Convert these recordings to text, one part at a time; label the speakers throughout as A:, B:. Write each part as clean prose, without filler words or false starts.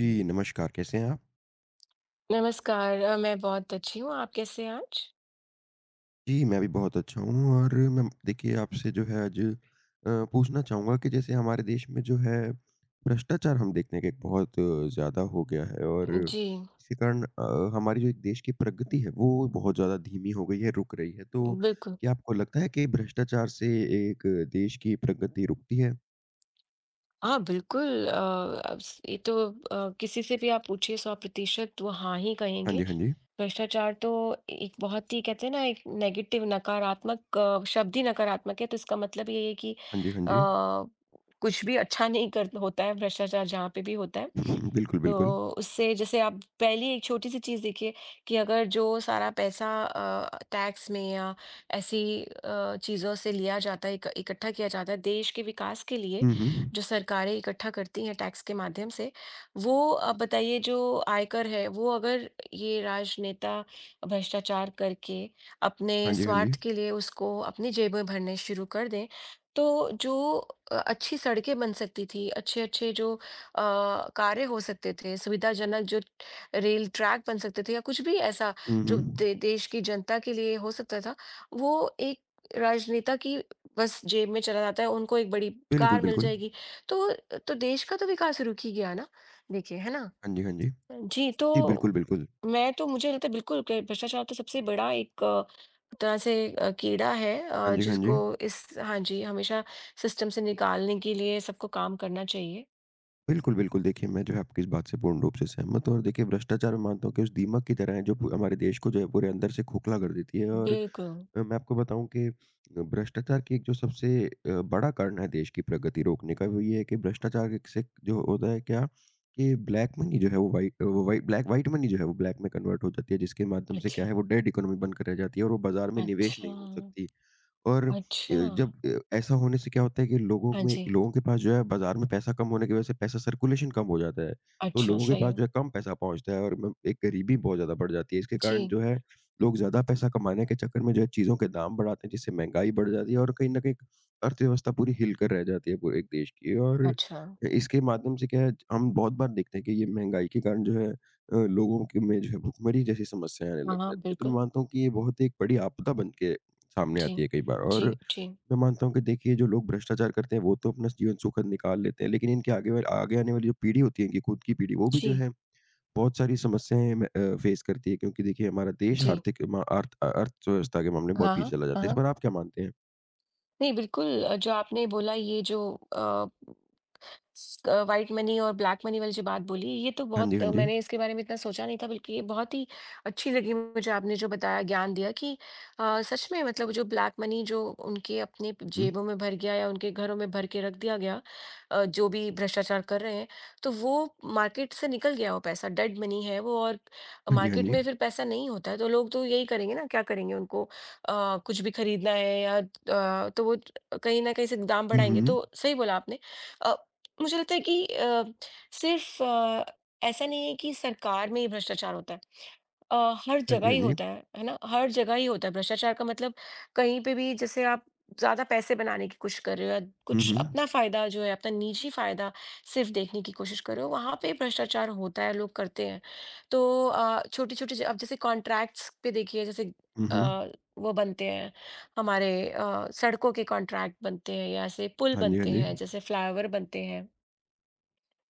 A: जी, नमस्कार, कैसे हैं आप?
B: नमस्कार मैं बहुत अच्छी हूँ, आप कैसे हैं आज?
A: जी, मैं भी बहुत अच्छा हूँ और मैं देखिए आपसे जो है आज पूछना चाहूँगा कि जैसे हमारे देश में जो है भ्रष्टाचार हम देखने के बहुत ज़्यादा हो गया है और
B: जी,
A: इसी कारण हमारी जो एक देश की प्रगति है वो बहुत ज़्यादा धीमी हो गई है, रुक रही है। तो
B: बिल्कुल।
A: क्या आपको लगता है कि भ्रष्टाचार से एक देश की प्रगति रुकती है?
B: हाँ, बिल्कुल, अब स ये तो किसी से भी आप पूछिए 100% वो हाँ ही
A: हाँ
B: कहेंगे।
A: जी, हाँ जी।
B: भ्रष्टाचार तो एक बहुत ही कहते हैं ना, एक नेगेटिव नकारात्मक शब्द ही नकारात्मक है, तो इसका मतलब ये है कि
A: हाँ जी, हाँ जी।
B: अ, कुछ भी अच्छा नहीं कर होता है भ्रष्टाचार जहाँ पे भी होता है।
A: बिल्कुल, बिल्कुल।
B: तो उससे जैसे आप पहली एक छोटी सी चीज़ देखिए, कि अगर जो सारा पैसा टैक्स में या ऐसी चीज़ों से लिया जाता है इकट्ठा किया जाता है देश के विकास के लिए,
A: हुँ, हुँ।
B: जो सरकारें इकट्ठा करती हैं टैक्स के माध्यम से, वो आप बताइए जो आयकर है वो अगर ये राजनेता भ्रष्टाचार करके अपने
A: हाँ जी, हाँ जी।
B: स्वार्थ के लिए उसको अपनी जेब में भरने शुरू कर दें, तो जो अच्छी सड़कें बन सकती थी, अच्छे अच्छे जो कार्य हो सकते थे, सुविधाजनक जो रेल ट्रैक बन सकते थे या कुछ भी ऐसा
A: हुँ, हुँ।
B: जो दे देश की जनता के लिए हो सकता था, वो एक राजनेता की बस जेब में चला जाता है, उनको एक बड़ी
A: बिल्कुल,
B: कार मिल
A: बिल्कुल।
B: जाएगी। तो तो देश का तो विकास रुक ही गया ना, देखिए, है ना?
A: हाँ जी, हाँ जी।
B: जी,
A: जी,
B: तो
A: बिल्कुल, बिल्कुल।
B: मैं तो मुझे लगता है बिल्कुल कि भ्रष्टाचार तो सबसे बड़ा एक तरह से कीड़ा है
A: हाँ जी, हाँ जी।
B: जिसको इस हाँ जी, हमेशा सिस्टम से निकालने के लिए सबको काम करना चाहिए।
A: बिल्कुल, बिल्कुल देखिए मैं जो है आपकी इस बात से पूर्ण रूप से सहमत हूँ और देखिए भ्रष्टाचार मैं मानता हूँ कि उस दीमक की तरह है जो पू हमारे देश को जो है पूरे अंदर से खोखला कर देती है और
B: बिल्कुल।
A: मैं आपको बताऊँ कि भ्रष्टाचार की एक जो सबसे बड़ा कारण है देश की प्रगति रोकने का वो ये है कि भ्रष्टाचार एक से जो होता है क्या कि ब्लैक मनी जो है वो वाइ ब्लैक व्हाइट मनी जो है वो ब्लैक में कन्वर्ट हो जाती है जिसके माध्यम से क्या
B: अच्छा,
A: है वो डेड इकोनॉमी बनकर रह जाती है और वो बाज़ार में निवेश
B: अच्छा,
A: नहीं हो सकती। और अ,
B: अच्छा।
A: जब अ, ऐसा होने से क्या होता है कि लोगों
B: हाँ
A: में
B: जी,
A: लोगों के पास जो है बाज़ार में पैसा कम होने की वज़ह से पैसा सर्कुलेशन कम हो जाता है। तो
B: अच्छा,
A: लोगों के
B: सही
A: पास
B: है।
A: जो है कम पैसा पहुँचता है और म एक गरीबी बहुत ज़्यादा बढ़ जाती है। इसके कारण
B: जी,
A: जो है लोग ज़्यादा पैसा कमाने के चक्कर में जो है चीज़ों के दाम बढ़ाते हैं जिससे महँगाई बढ़ जाती है और कहीं न कहीं अर्थव्यवस्था पूरी हिल कर रह जाती है पूरे एक देश की। और
B: अच्छा।
A: इसके माध्यम से क्या है हम बहुत बार देखते हैं कि ये महँगाई के कारण जो है लोगों के में जो है भुखमरी जैसी समस्याएँ आने
B: हाँ,
A: लग
B: हाँ,
A: जाती हैं। तो मैं
B: बिल्कुल।
A: मानता हूँ कि ये बहुत एक बड़ी आपदा बन के सामने
B: जी,
A: आती है कई बार और
B: जी, जी,
A: मैं मानता हूँ कि देखिए जो लोग भ्रष्टाचार करते हैं वो तो अपना जीवन सुखद निकाल लेते हैं लेकिन इनके आगे आने वाली जो पीढ़ी होती है इनकी खुद की पीढ़ी वो भी जो
B: जी,
A: है बहुत सारी समस्याएं फेस करती है क्योंकि देखिए हमारा देश
B: जी।
A: आर्थिक मा- अर्थ अर्थव्यवस्था के मामले में बहुत
B: हाँ,
A: पीछे
B: हाँ,
A: चला
B: हाँ,
A: जाता है इस
B: हाँ।
A: पर आप क्या मानते हैं?
B: नहीं, बिल्कुल, जो आपने बोला ये जो अ व्हाइट मनी और ब्लैक मनी वाली जो बात बोली, ये तो
A: हाँ जी,
B: बहुत
A: हाँ जी।
B: मैंने इसके बारे में इतना सोचा नहीं था, बल्कि ये बहुत ही अच्छी लगी मुझे आपने जो बताया, ज्ञान दिया कि सच में मतलब जो ब्लैक मनी जो उनके अपने
A: हम्म,
B: जेबों में भर गया या उनके घरों में भर के रख दिया गया, जो भी भ्रष्टाचार कर रहे हैं, तो वो मार्केट से निकल गया वो पैसा, डेड मनी है वो, और
A: हाँ जी, हाँ
B: मार्केट
A: जी।
B: में फिर पैसा नहीं होता है, तो लोग तो यही करेंगे ना, क्या करेंगे उनको कुछ भी खरीदना है या तो वो कहीं न कहीं से दाम बढ़ाएँगे,
A: हम्म।
B: तो सही बोला आपने। अ मुझे लगता है कि सिर्फ ऐसा नहीं है कि सरकार में ही भ्रष्टाचार होता है, अ, हर
A: हाँ जी,
B: जगह
A: हाँ
B: ही
A: जी।
B: होता है ना? हर जगह ही होता है भ्रष्टाचार का मतलब, कहीं पे भी जैसे आप ज्यादा पैसे बनाने की कोशिश कर रहे हो या कुछ
A: हम्म।
B: अपना फायदा जो है अपना निजी फायदा सिर्फ देखने की कोशिश कर रहे हो, वहां पे भ्रष्टाचार होता है, लोग करते हैं। तो छोटी छोटी अब जैसे कॉन्ट्रैक्ट्स पे देखिए, जैसे
A: हम्म।
B: अ, वो बनते हैं, हमारे सड़कों के कॉन्ट्रैक्ट बनते हैं या ऐसे पुल
A: हाँ जी, हाँ
B: बनते
A: जी।
B: हैं जैसे फ्लाईओवर बनते हैं,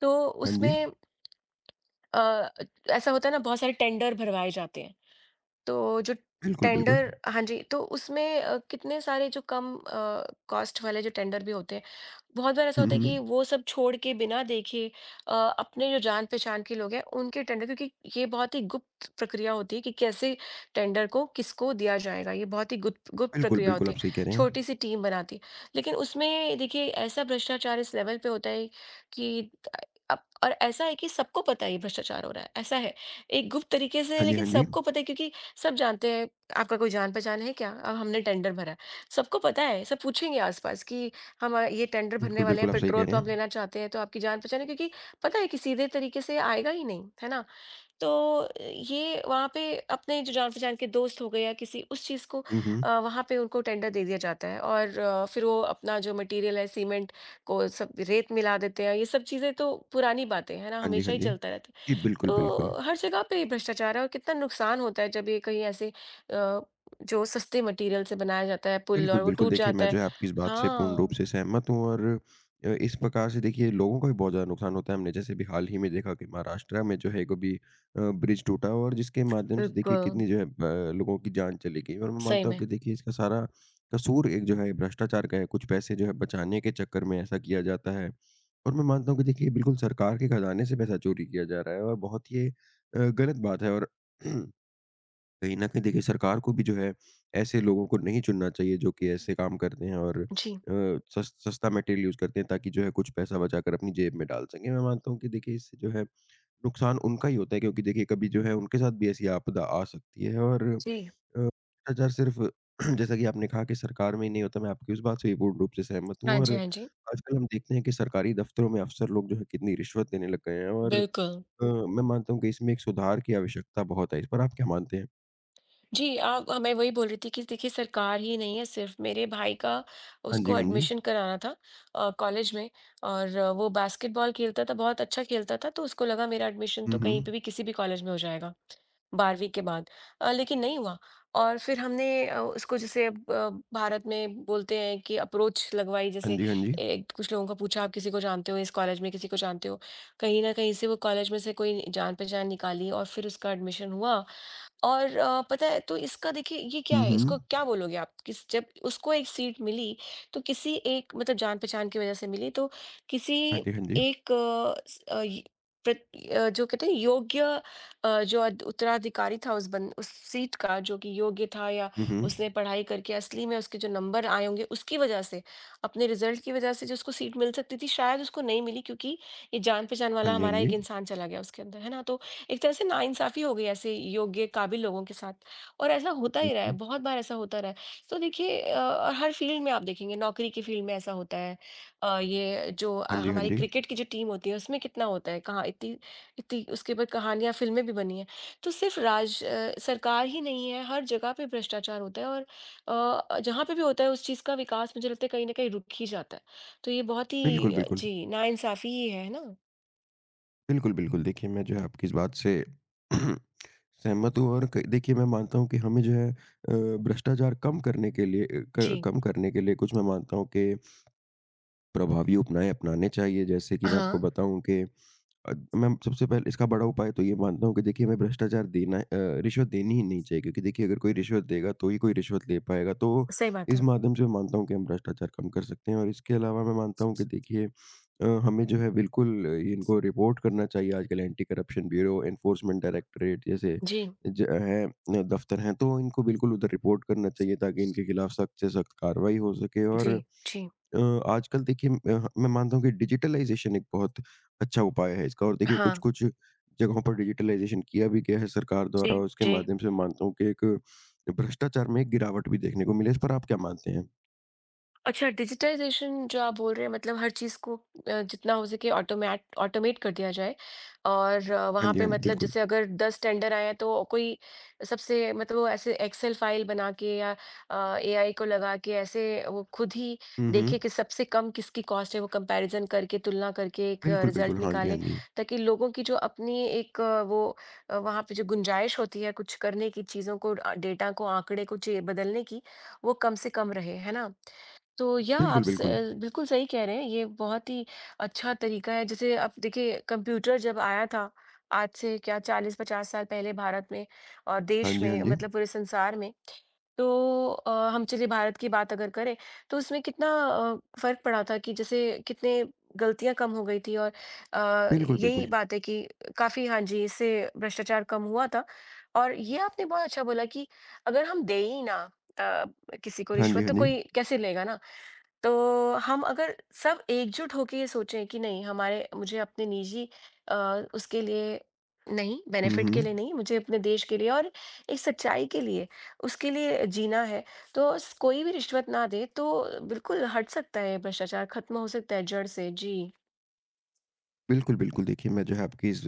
B: तो
A: हाँ जी।
B: उसमें अ, ऐसा होता है ना, बहुत सारे टेंडर भरवाए जाते हैं। तो जो
A: बिल्कुल, बिल्कुल।
B: टेंडर, हाँ जी, तो उसमें कितने सारे जो कम कॉस्ट वाले जो टेंडर भी होते हैं, बहुत बार ऐसा होता है कि
A: हम्म।
B: वो सब छोड़ के बिना देखे अपने जो जान-पहचान के लोग हैं, उनके टेंडर, क्योंकि ये बहुत ही गुप्त प्रक्रिया होती है कि कैसे टेंडर को किसको दिया जाएगा, ये बहुत ही गुप्त गुप्त
A: बिल्कुल,
B: प्रक्रिया
A: बिल्कुल,
B: होती
A: आप
B: है,
A: सही कह रहे हैं।
B: छोटी-सी टीम बनाती है। लेकिन उसमें देखिए ऐसा भ्रष्टाचार इस लेवल पे होता है कि अब और ऐसा है कि सबको पता है ये भ्रष्टाचार हो रहा है, ऐसा है। एक गुप्त तरीके से,
A: हाँ जी,
B: लेकिन
A: हाँ जी।
B: सबको पता है क्योंकि सब जानते हैं, आपका कोई जान-पहचान है क्या? अब हमने टेंडर भरा है। सबको पता है, सब पूछेंगे आस-पास कि हम ये टेंडर भरने
A: बिल्कुल,
B: वाले
A: बिल्कुल,
B: हैं,
A: आप सही कह
B: पेट्रोल
A: रहे हैं।
B: पंप लेना चाहते हैं, तो आपकी जान-पहचान है? क्योंकि पता है कि सीधे तरीके से आएगा ही नहीं, है ना? तो ये वहाँ पे अपने जो जान-पहचान के दोस्त हो गए या किसी उस चीज़ को
A: हम्म।
B: वहाँ पे उनको टेंडर दे दिया जाता है, और फिर वो अपना जो मटेरियल है, सीमेंट को सब रेत मिला देते हैं। ये सब चीज़ें तो पुरानी बातें हैं ना,
A: हाँ जी, हाँ
B: हमेशा ही
A: जी।
B: चलता रहता है।
A: जी, बिल्कुल, बिल्कुल।
B: तो हर जगह पे ये भ्रष्टाचार है, और कितना नुकसान होता है जब ये कहीं ऐसे जो सस्ते मटेरियल से बनाया जाता है पुल
A: बिल्कुल,
B: और वो
A: बिल्कुल,
B: टूट
A: देखिए
B: जाता
A: मैं
B: है।
A: जो है आपकी इस बात से पूर्ण रूप
B: हाँ,
A: से सहमत हूँ और इस प्रकार से देखिए लोगों का भी बहुत ज़्यादा नुकसान होता है। हमने जैसे अभी हाल ही में देखा कि महाराष्ट्र में जो है एक अभी ब्रिज टूटा और जिसके माध्यम से देखिए
B: बिल्कुल,
A: कितनी जो है लोगों की जान चली गई और मैं
B: सही
A: मानता हूँ
B: में।
A: कि देखिए इसका सारा कसूर एक जो है भ्रष्टाचार का है। कुछ पैसे जो है बचाने के चक्कर में ऐसा किया जाता है और मैं मानता हूँ कि देखिए बिल्कुल सरकार के खज़ाने से पैसा चोरी किया जा रहा है और बहुत ही ये गलत बात है और कहीं न कहीं देखिए सरकार को भी जो है ऐसे लोगों को नहीं चुनना चाहिए जो कि ऐसे काम करते हैं और अ,
B: जी,
A: सस सस्ता मटेरियल यूज़ करते हैं ताकि जो है कुछ पैसा बचाकर अपनी जेब में डाल सकें। मैं मानता हूँ कि देखिए इससे जो है नुकसान उनका ही होता है क्योंकि देखिए कभी जो है उनके साथ भी ऐसी आपदा आ सकती है और
B: जी।
A: भ्रष्टाचार सिर्फ़ जैसा कि आपने कहा कि सरकार में ही नहीं होता, मैं आपकी उस बात से भी पूर्ण रूप से सहमत हूँ
B: हाँ
A: और
B: जी, हाँ जी,
A: आजकल हम देखते हैं कि सरकारी दफ़्तरों में अफ़सर लोग जो है कितनी रिश्वत देने लग गए हैं और
B: बिल्कुल।
A: मैं मानता हूँ कि इसमें एक सुधार की आवश्यकता बहुत है। इस पर आप क्या मानते हैं?
B: जी, आप, मैं वही बोल रही थी कि देखिए सरकार ही नहीं है सिर्फ, मेरे भाई का
A: हाँ जी,
B: उसको
A: हाँ जी।
B: एडमिशन कराना था, कॉलेज में, और वो बास्केटबॉल खेलता था, बहुत अच्छा खेलता था, तो उसको लगा मेरा एडमिशन
A: हुँ,
B: तो कहीं
A: हुँ।
B: पे भी किसी भी कॉलेज में हो जाएगा, 12वीं के बाद, लेकिन नहीं हुआ। और फिर हमने उसको जैसे भारत में बोलते हैं कि अप्रोच लगवाई,
A: हाँ
B: जैसे
A: जी, हाँ जी।
B: कुछ लोगों को पूछा, "आप किसी को जानते हो इस कॉलेज में, किसी को जानते हो?" कहीं न कहीं से वो कॉलेज में से कोई जान-पहचान निकाली और फिर उसका एडमिशन हुआ। और पता है, तो इसका देखिए ये क्या
A: हुँ,
B: है, इसको
A: हुँ।
B: क्या बोलोगे आप? किस जब उसको एक सीट मिली तो किसी एक मतलब जान पहचान की वजह से मिली, तो किसी
A: हाँ जी, हाँ जी।
B: एक, जो कहते हैं योग्य, जो उत्तराधिकारी था उस सीट का, जो कि योग्य था, या
A: हुँ, हुँ।
B: उसने पढ़ाई करके असली में उसके जो नंबर आए होंगे उसकी वजह से, अपने रिजल्ट की वजह से जो उसको सीट मिल सकती थी शायद, उसको नहीं मिली, क्योंकि ये जान पहचान
A: हाँ
B: वाला
A: जी, हाँ
B: हमारा
A: जी।
B: एक इंसान चला गया उसके अंदर, है ना? तो एक तरह से नाइंसाफ़ी हो गई ऐसे योग्य, काबिल लोगों के साथ। और ऐसा होता
A: हुँ,
B: ही रहा है,
A: हुँ।
B: बहुत बार ऐसा होता रहा है। तो देखिए और हर फ़ील्ड में आप देखेंगे, नौकरी की फ़ील्ड में ऐसा होता है। ये जो
A: हाँ जी, हाँ
B: हमारी
A: जी।
B: क्रिकेट की जो टीम होती है, उसमें कितना होता है, कहाँ इतनी इतनी उसके ऊपर कहानियाँ, फ़िल्में भी बनी हैं। तो सिर्फ़ सरकार ही नहीं है, हर जगह पे भ्रष्टाचार होता है, और जहाँ पे भी होता है, उस चीज़ का विकास मुझे लगता है कहीं न कहीं रुक ही जाता है। तो ये बहुत
A: बिल्कुल,
B: ही
A: बिल्कुल।
B: जी, नाइंसाफ़ी ही है ना?
A: बिल्कुल, बिल्कुल। देखिए, मैं जो है आपकी इस बात से सहमत हूँ और क देखिए, मैं मानता हूँ कि हमें जो है भ्रष्टाचार कम करने के लिए अ, क
B: जी।
A: कम करने के लिए कुछ मैं मानता हूँ कि प्रभावी उपाय अपनाने चाहिए। जैसे कि मैं
B: हाँ,
A: आपको बताऊँ कि मैं सबसे पहले इसका बड़ा उपाय तो ये मानता हूँ कि देखिए हमें रिश्वत देनी ही नहीं चाहिए क्योंकि देखिए अगर कोई रिश्वत देगा तो ही कोई रिश्वत ले पाएगा। तो
B: सही बात
A: इस
B: है।
A: माध्यम से मैं मानता हूँ कि हम भ्रष्टाचार कम कर सकते हैं और इसके अलावा मैं मानता हूँ कि देखिए हमें जो है बिल्कुल इनको रिपोर्ट करना चाहिए आजकल anti corruption bureau, enforcement directorate जैसे
B: जी।
A: ज हैं दफ्तर हैं तो इनको बिल्कुल उधर रिपोर्ट करना चाहिए ताकि इनके खिलाफ सख्त से सख्त कार्रवाई हो सके
B: जी,
A: और
B: जी।
A: अ, आजकल देखिए मैं मानता हूँ कि डिजिटलाइज़ेशन एक बहुत अच्छा उपाय है इसका और देखिए
B: हाँ,
A: कुछ-कुछ जगहों पर डिजिटलाइज़ेशन किया भी गया है सरकार
B: जी,
A: द्वारा और उसके
B: जी।
A: माध्यम से मैं मानता हूँ कि एक भ्रष्टाचार में एक गिरावट भी देखने को मिली है। इस पर आप क्या मानते हैं?
B: अच्छा, डिजिटाइज़ेशन जो आप बोल रहे हैं, मतलब हर चीज़ को जितना हो सके ऑटोमेट ऑटोमेट कर दिया जाए, और
A: हाँ
B: वहाँ
A: जी,
B: पे
A: हाँ जी,
B: मतलब
A: बिल्कुल।
B: जैसे अगर 10 टेंडर आए हैं तो कोई सबसे मतलब वो ऐसे एक्सेल फाइल बना के या एआई को लगा के ऐसे वो खुद ही
A: हुँ, हुँ।
B: देखे कि सबसे कम किसकी कॉस्ट है, वो कंपैरिजन करके तुलना करके एक
A: बिल्कुल, बिल्कुल।
B: रिजल्ट
A: हाँ जी, हाँ
B: निकाले,
A: जी।
B: ताकि लोगों की जो अपनी एक वहाँ पे जो गुंजाइश होती है कुछ करने की, चीज़ों को डेटा को आंकड़े को बदलने की, वो कम से कम रहे, है ना? तो
A: बिल्कुल, बिल्कुल।
B: बिल्कुल सही कह रहे हैं, ये बहुत ही अच्छा तरीका है। जैसे आप देखिए कंप्यूटर जब आया था, आज से क्या 40-50 साल पहले भारत में और
A: हाँ
B: देश
A: जी, हाँ
B: में
A: जी।
B: मतलब पूरे संसार में, तो हम चलिए भारत की बात अगर करें, तो उसमें कितना फ़र्क पड़ा था कि जैसे कितने गलतियाँ कम हो गई थी, और
A: बिल्कुल,
B: यही
A: बिल्कुल।
B: बात है कि काफ़ी, हाँ जी, इससे भ्रष्टाचार कम हुआ था। और ये आपने बहुत अच्छा बोला कि अगर हम दें ही ना अ, किसी को
A: हाँ जी,
B: रिश्वत,
A: हाँ
B: तो
A: जी।
B: कोई कैसे लेगा ना? तो हम अगर सब एकजुट होके ये सोचें कि नहीं, हमारे मुझे अपने निजी अ, उसके लिए नहीं,
A: हुँ,
B: बेनिफिट के
A: हुँ।
B: लिए नहीं, मुझे अपने देश के लिए और एक सच्चाई के लिए उसके लिए जीना है, तो कोई भी रिश्वत ना दे तो बिल्कुल हट सकता है, भ्रष्टाचार खत्म हो सकता है जड़ से। जी।
A: बिल्कुल, बिल्कुल। देखिए मैं जो है आपकी इस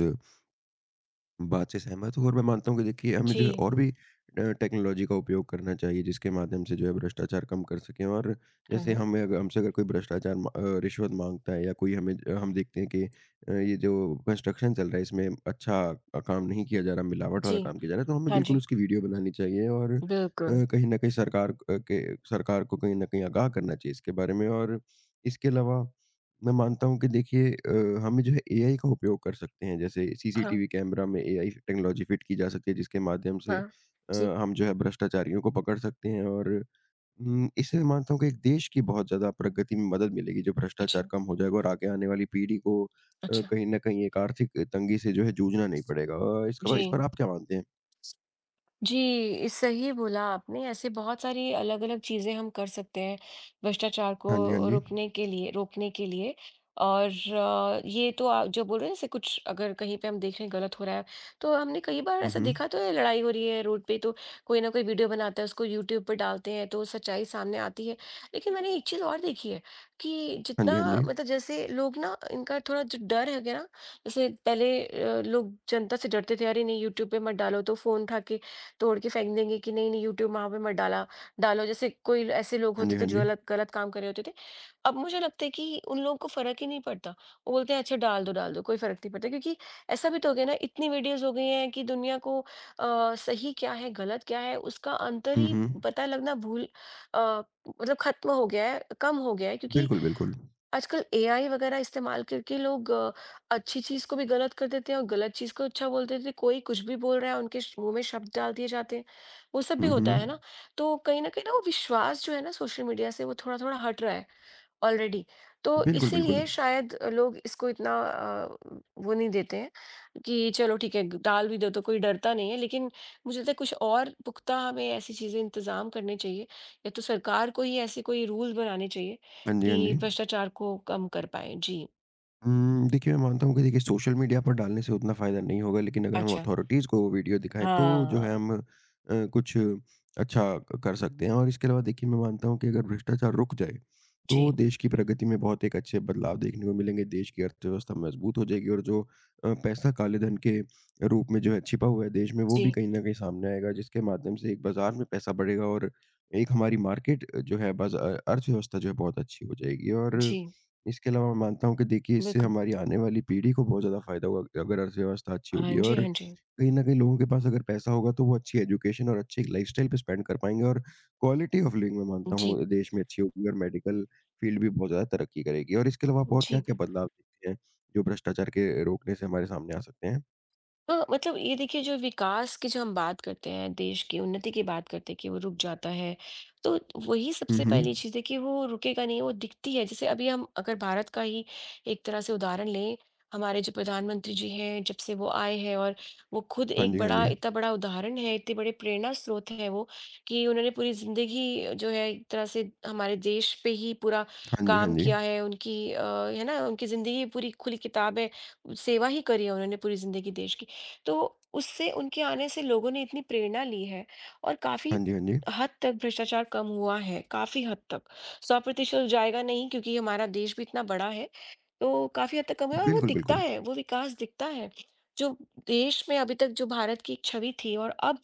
A: बात से सहमत हूँ और मैं मानता हूँ कि देखिए हमें जो है
B: जी।
A: और भी टेक्नोलॉजी का उपयोग करना चाहिए जिसके माध्यम से जो है भ्रष्टाचार कम कर सकें और जैसे
B: हाँ
A: हमें अगर हमसे अगर कोई रिश्वत मांगता है या कोई हमें हम देखते हैं कि ये जो कंस्ट्रक्शन चल रहा है इसमें अच्छा काम नहीं किया जा रहा मिलावट वाला
B: जी,
A: काम किया जा रहा है तो हमें
B: हाँ
A: बिल्कुल
B: जी,
A: उसकी वीडियो बनानी चाहिए और
B: बिल्कुल।
A: कहीं ना कहीं सरकार अ, के सरकार को कहीं ना कहीं आगाह करना चाहिए इसके बारे में और इसके अलावा मैं मानता हूँ कि देखिए हमें जो है एआई का उपयोग कर सकते हैं। जैसे
B: हाँ,
A: सीसीटीवी कैमरा में एआई टेक्नोलॉजी फिट की जा सकती है जिसके माध्यम से
B: हाँ
A: अ,
B: जी,
A: हम जो है भ्रष्टाचारियों को पकड़ सकते हैं और इससे मैं मानता हूँ कि एक देश की बहुत ज़्यादा प्रगति में मदद मिलेगी जो भ्रष्टाचार
B: अच्छा,
A: कम हो जाएगा और आगे आने वाली पीढ़ी को
B: अच्छा।
A: कहीं न कहीं एक आर्थिक तंगी से जो है जूझना नहीं पड़ेगा। इसके
B: जी,
A: बाद इस पर आप क्या मानते हैं?
B: जी, सही बोला आपने। ऐसे बहुत सारी अलग-अलग चीज़ें हम कर सकते हैं भ्रष्टाचार
A: हाँ जी, हाँ
B: को
A: जी।
B: रोकने के लिए, और ये तो आप जो बोल रहे हैं, जैसे कुछ अगर कहीं पे हम देख रहे हैं गलत हो रहा है, तो हमने कई बार
A: हुँ,
B: ऐसा
A: हुँ।
B: देखा तो है, लड़ाई हो रही है रोड पे तो कोई ना कोई वीडियो बनाता है, उसको यूट्यूब पे डालते हैं, तो सच्चाई सामने आती है। लेकिन मैंने एक चीज़ और देखी है कि
A: हाँ जी,
B: जितना,
A: हाँ जी।
B: मतलब जैसे लोग ना, इनका थोड़ा जो डर है क्या ना, जैसे पहले लोग जनता से डरते थे, अरे नहीं यूट्यूब पे मत डालो तो फ़ोन उठा के तोड़ के फेंक देंगे कि नहीं नहीं यूट्यूब वहाँ पे मत डाला डालो, जैसे कोई ऐसे लोग
A: हाँ जी,
B: होते
A: हाँ
B: थे जो
A: जी।
B: गलत गलत काम कर रहे होते थे। अब मुझे लगता है कि उन लोगों को फर्क ही नहीं पड़ता, वो बोलते हैं अच्छा डाल दो डाल दो, कोई फर्क नहीं पड़ता क्योंकि ऐसा भी तो हो गया ना, इतनी वीडियोस हो गई हैं कि दुनिया को सही क्या है गलत क्या है उसका अंतर
A: हुँ,
B: ही
A: हुँ।
B: पता लगना भूल अ, मतलब खत्म हो गया है, कम हो गया है क्योंकि
A: बिल्कुल, बिल्कुल।
B: आजकल एआई वगैरह इस्तेमाल करके लोग अच्छी चीज़ को भी गलत कर देते हैं और गलत चीज़ को अच्छा बोल देते हैं। कोई कुछ भी बोल रहा है, उनके श मुँह में शब्द डाल दिए जाते हैं। वो सब भी
A: हुँ,
B: होता है
A: हुँ।
B: ना? तो कहीं न कहीं ना वो विश्वास जो है ना सोशल मीडिया से वो थोड़ा-थोड़ा हट रहा है। ऑलरेडी। तो
A: बिल्कुल, बिल्कुल।
B: इसीलिए शायद लोग इसको इतना, वो नहीं देते हैं कि चलो ठीक है, डाल भी दो तो कोई डरता नहीं है। लेकिन मुझे लगता है कुछ और पुख्ता हमें ऐसी चीज़ें इंतज़ाम करने चाहिए, या तो सरकार को ही ऐसे कोई रूल बनाने चाहिए
A: हाँ जी, हाँ
B: कि
A: जी।
B: भ्रष्टाचार को कम कर पाएँ। जी।
A: देखिए मैं मानता हूँ कि देखिए सोशल मीडिया पर डालने से उतना फ़ायदा नहीं होगा लेकिन अगर हम
B: अच्छा।
A: अथॉरिटीज़ को वो वीडियो दिखाएँ तो जो
B: हाँ,
A: है हम कुछ अच्छा क कर सकते हैं और इसके अलावा देखिए मैं मानता हूँ कि अगर भ्रष्टाचार रुक जाए,
B: जी।
A: तो देश की प्रगति में बहुत एक अच्छे बदलाव देखने को मिलेंगे, देश की अर्थव्यवस्था मजबूत हो जाएगी और जो पैसा काले धन के रूप में जो है छिपा हुआ है देश में वो भी
B: जी,
A: कहीं न कहीं सामने आएगा जिसके माध्यम से एक बाज़ार में पैसा बढ़ेगा और एक हमारी मार्केट जो है बाज़ा अर्थव्यवस्था जो है बहुत अच्छी हो जाएगी और
B: जी,
A: इसके अलावा मैं मानता हूँ कि देखिए इससे
B: बिल्कुल।
A: हमारी आने वाली पीढ़ी को बहुत ज़्यादा फ़ायदा होगा अगर अर्थव्यवस्था अच्छी
B: हाँ
A: होगी
B: जी,
A: और
B: हाँ जी।
A: कहीं न कहीं लोगों के पास अगर पैसा होगा तो वो अच्छी एजुकेशन और अच्छी एक लाइफ़स्टाइल पे स्पेंड कर पाएँगे और क्वालिटी ऑफ़ लिविंग मैं मानता
B: जी,
A: हूँ देश में अच्छी होगी और मेडिकल फ़ील्ड भी बहुत ज़्यादा तरक्की करेगी। और इसके अलावा आप और
B: जी।
A: क्या-क्या बदलाव देखते हैं जो भ्रष्टाचार के रोकने से हमारे सामने आ सकते हैं?
B: हाँ, मतलब ये देखिए जो विकास की जो हम बात करते हैं, देश की उन्नति की बात करते हैं कि वो रुक जाता है, तो वही
A: हुँ,
B: सबसे
A: हुँ।
B: पहली चीज़ है कि वो रुकेगा नहीं, वो दिखती है। जैसे अभी हम अगर भारत का ही एक तरह से उदाहरण लें, हमारे जो प्रधानमंत्री जी हैं, जब से वो आए हैं और वो खुद
A: हाँ
B: एक
A: जी, हाँ
B: बड़ा
A: जी।
B: इतना बड़ा उदाहरण है, इतने बड़े प्रेरणा स्रोत है वो, कि उन्होंने पूरी जिंदगी जो है एक तरह से हमारे देश पे ही पूरा
A: हाँ जी, हाँ
B: काम
A: जी।
B: किया है उनकी, है ना? उनकी जिंदगी पूरी खुली किताब है, सेवा ही करी है उन्होंने पूरी जिंदगी देश की। तो उससे उनके आने से लोगों ने इतनी प्रेरणा ली है और
A: हाँ
B: काफ़ी
A: जी, हाँ जी।
B: हद तक भ्रष्टाचार कम हुआ है, काफ़ी हद तक। 100% जाएगा नहीं क्योंकि हमारा देश भी इतना बड़ा है। तो काफ़ी हद तक कम है और वो
A: बिल्कुल,
B: दिखता
A: बिल्कुल।
B: है, वो विकास दिखता है। जो देश में अभी तक जो भारत की एक छवि थी, और अब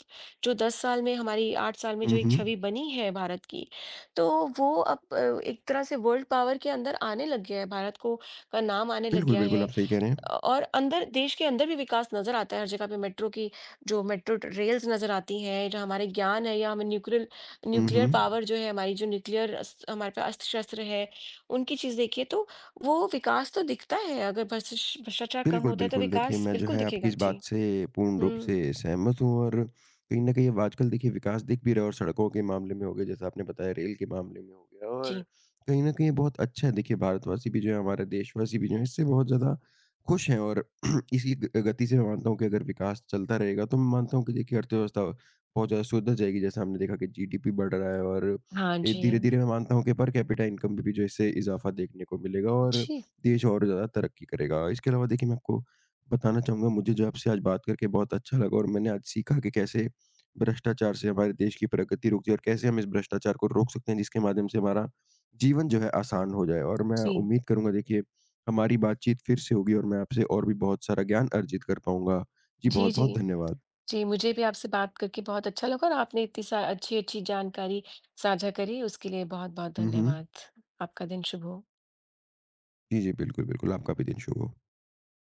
B: जो 10 साल में हमारी 8 साल में जो
A: हुँ,
B: एक
A: हुँ।
B: छवि बनी है भारत की, तो वो अब एक तरह से वर्ल्ड पावर के अंदर आने लग गया है, भारत को का नाम आने लग
A: बिल्कुल,
B: गया
A: बिल्कुल आप
B: है।
A: सही कह रहे हैं।
B: और अंदर, देश के अंदर भी विकास नज़र आता है, हर जगह पे मेट्रो की जो मेट्रो रेल्स नज़र आती हैं, जो हमारे ज्ञान है या हमें nuclear
A: hmm,
B: nuclear
A: hmm.
B: Power जो है, हमारी जो न्यूक्लियर अस हमारे पास अस्त्र-शस्त्र है, उनकी चीज़ देखिए तो वो विकास तो दिखता है, अगर भ्रष्टश भ्रष्टाचार कम
A: बिल्कुल,
B: होता है तो
A: बिल्कुल। देखिए,
B: विकास
A: मैं जो
B: बिल्कुल
A: है आपकी
B: दिखेगा।
A: इस बात
B: जी।
A: से पूर्ण रूप
B: हुँ,
A: से सहमत हूँ और कहीं न कहीं अब आजकल देखिए विकास दिख भी रहा है और सड़कों के मामले में हो गया, जैसा आपने बताया रेल के मामले में हो गया और
B: जी।
A: कहीं न कहीं ये बहुत अच्छा है। देखिए, भारतवासी भी जो है, हमारे देशवासी भी जो है, इससे बहुत ज़्यादा खुश हैं और इसी ग गति से मैं मानता हूँ कि अगर विकास चलता रहेगा, तो मैं मानता हूँ कि देखिए अर्थव्यवस्था बहुत ज़्यादा सुधर जाएगी। जैसा हमने देखा कि जीडीपी बढ़ रहा है और
B: हाँ
A: ए
B: जी।
A: धीरे-धीरे मैं मानता हूँ कि पर कैपिटा इनकम में भी जो है इससे इज़ाफ़ा देखने को मिलेगा और
B: जी,
A: देश और ज़्यादा तरक्की करेगा। इसके अलावा देखिए मैं आपको बताना चाहूँगा मुझे जो है आपसे आज बात करके बहुत अच्छा लगा और मैंने आज सीखा कि कैसे भ्रष्टाचार से हमारे देश की प्रगति रुकती है और कैसे हम इस भ्रष्टाचार को रोक सकते हैं जिसके माध्यम से हमारा जीवन जो है आसान हो जाए। और मैं
B: जी।
A: उम्मीद करूँगा देखिए हमारी बातचीत फिर से होगी और मैं आपसे और भी बहुत सारा ज्ञान अर्जित कर पाऊँगा। जी,
B: जी, जी।
A: बहुत-बहुत धन्यवाद।
B: जी, मुझे भी आपसे बात करके बहुत अच्छा लगा और आपने इतनी सा अच्छी-अच्छी जानकारी साझा करी, उसके लिए बहुत-बहुत
A: हुँ, हुँ।
B: धन्यवाद। आपका दिन शुभ हो।
A: जी, जी। बिल्कुल, बिल्कुल। आपका भी दिन शुभ हो।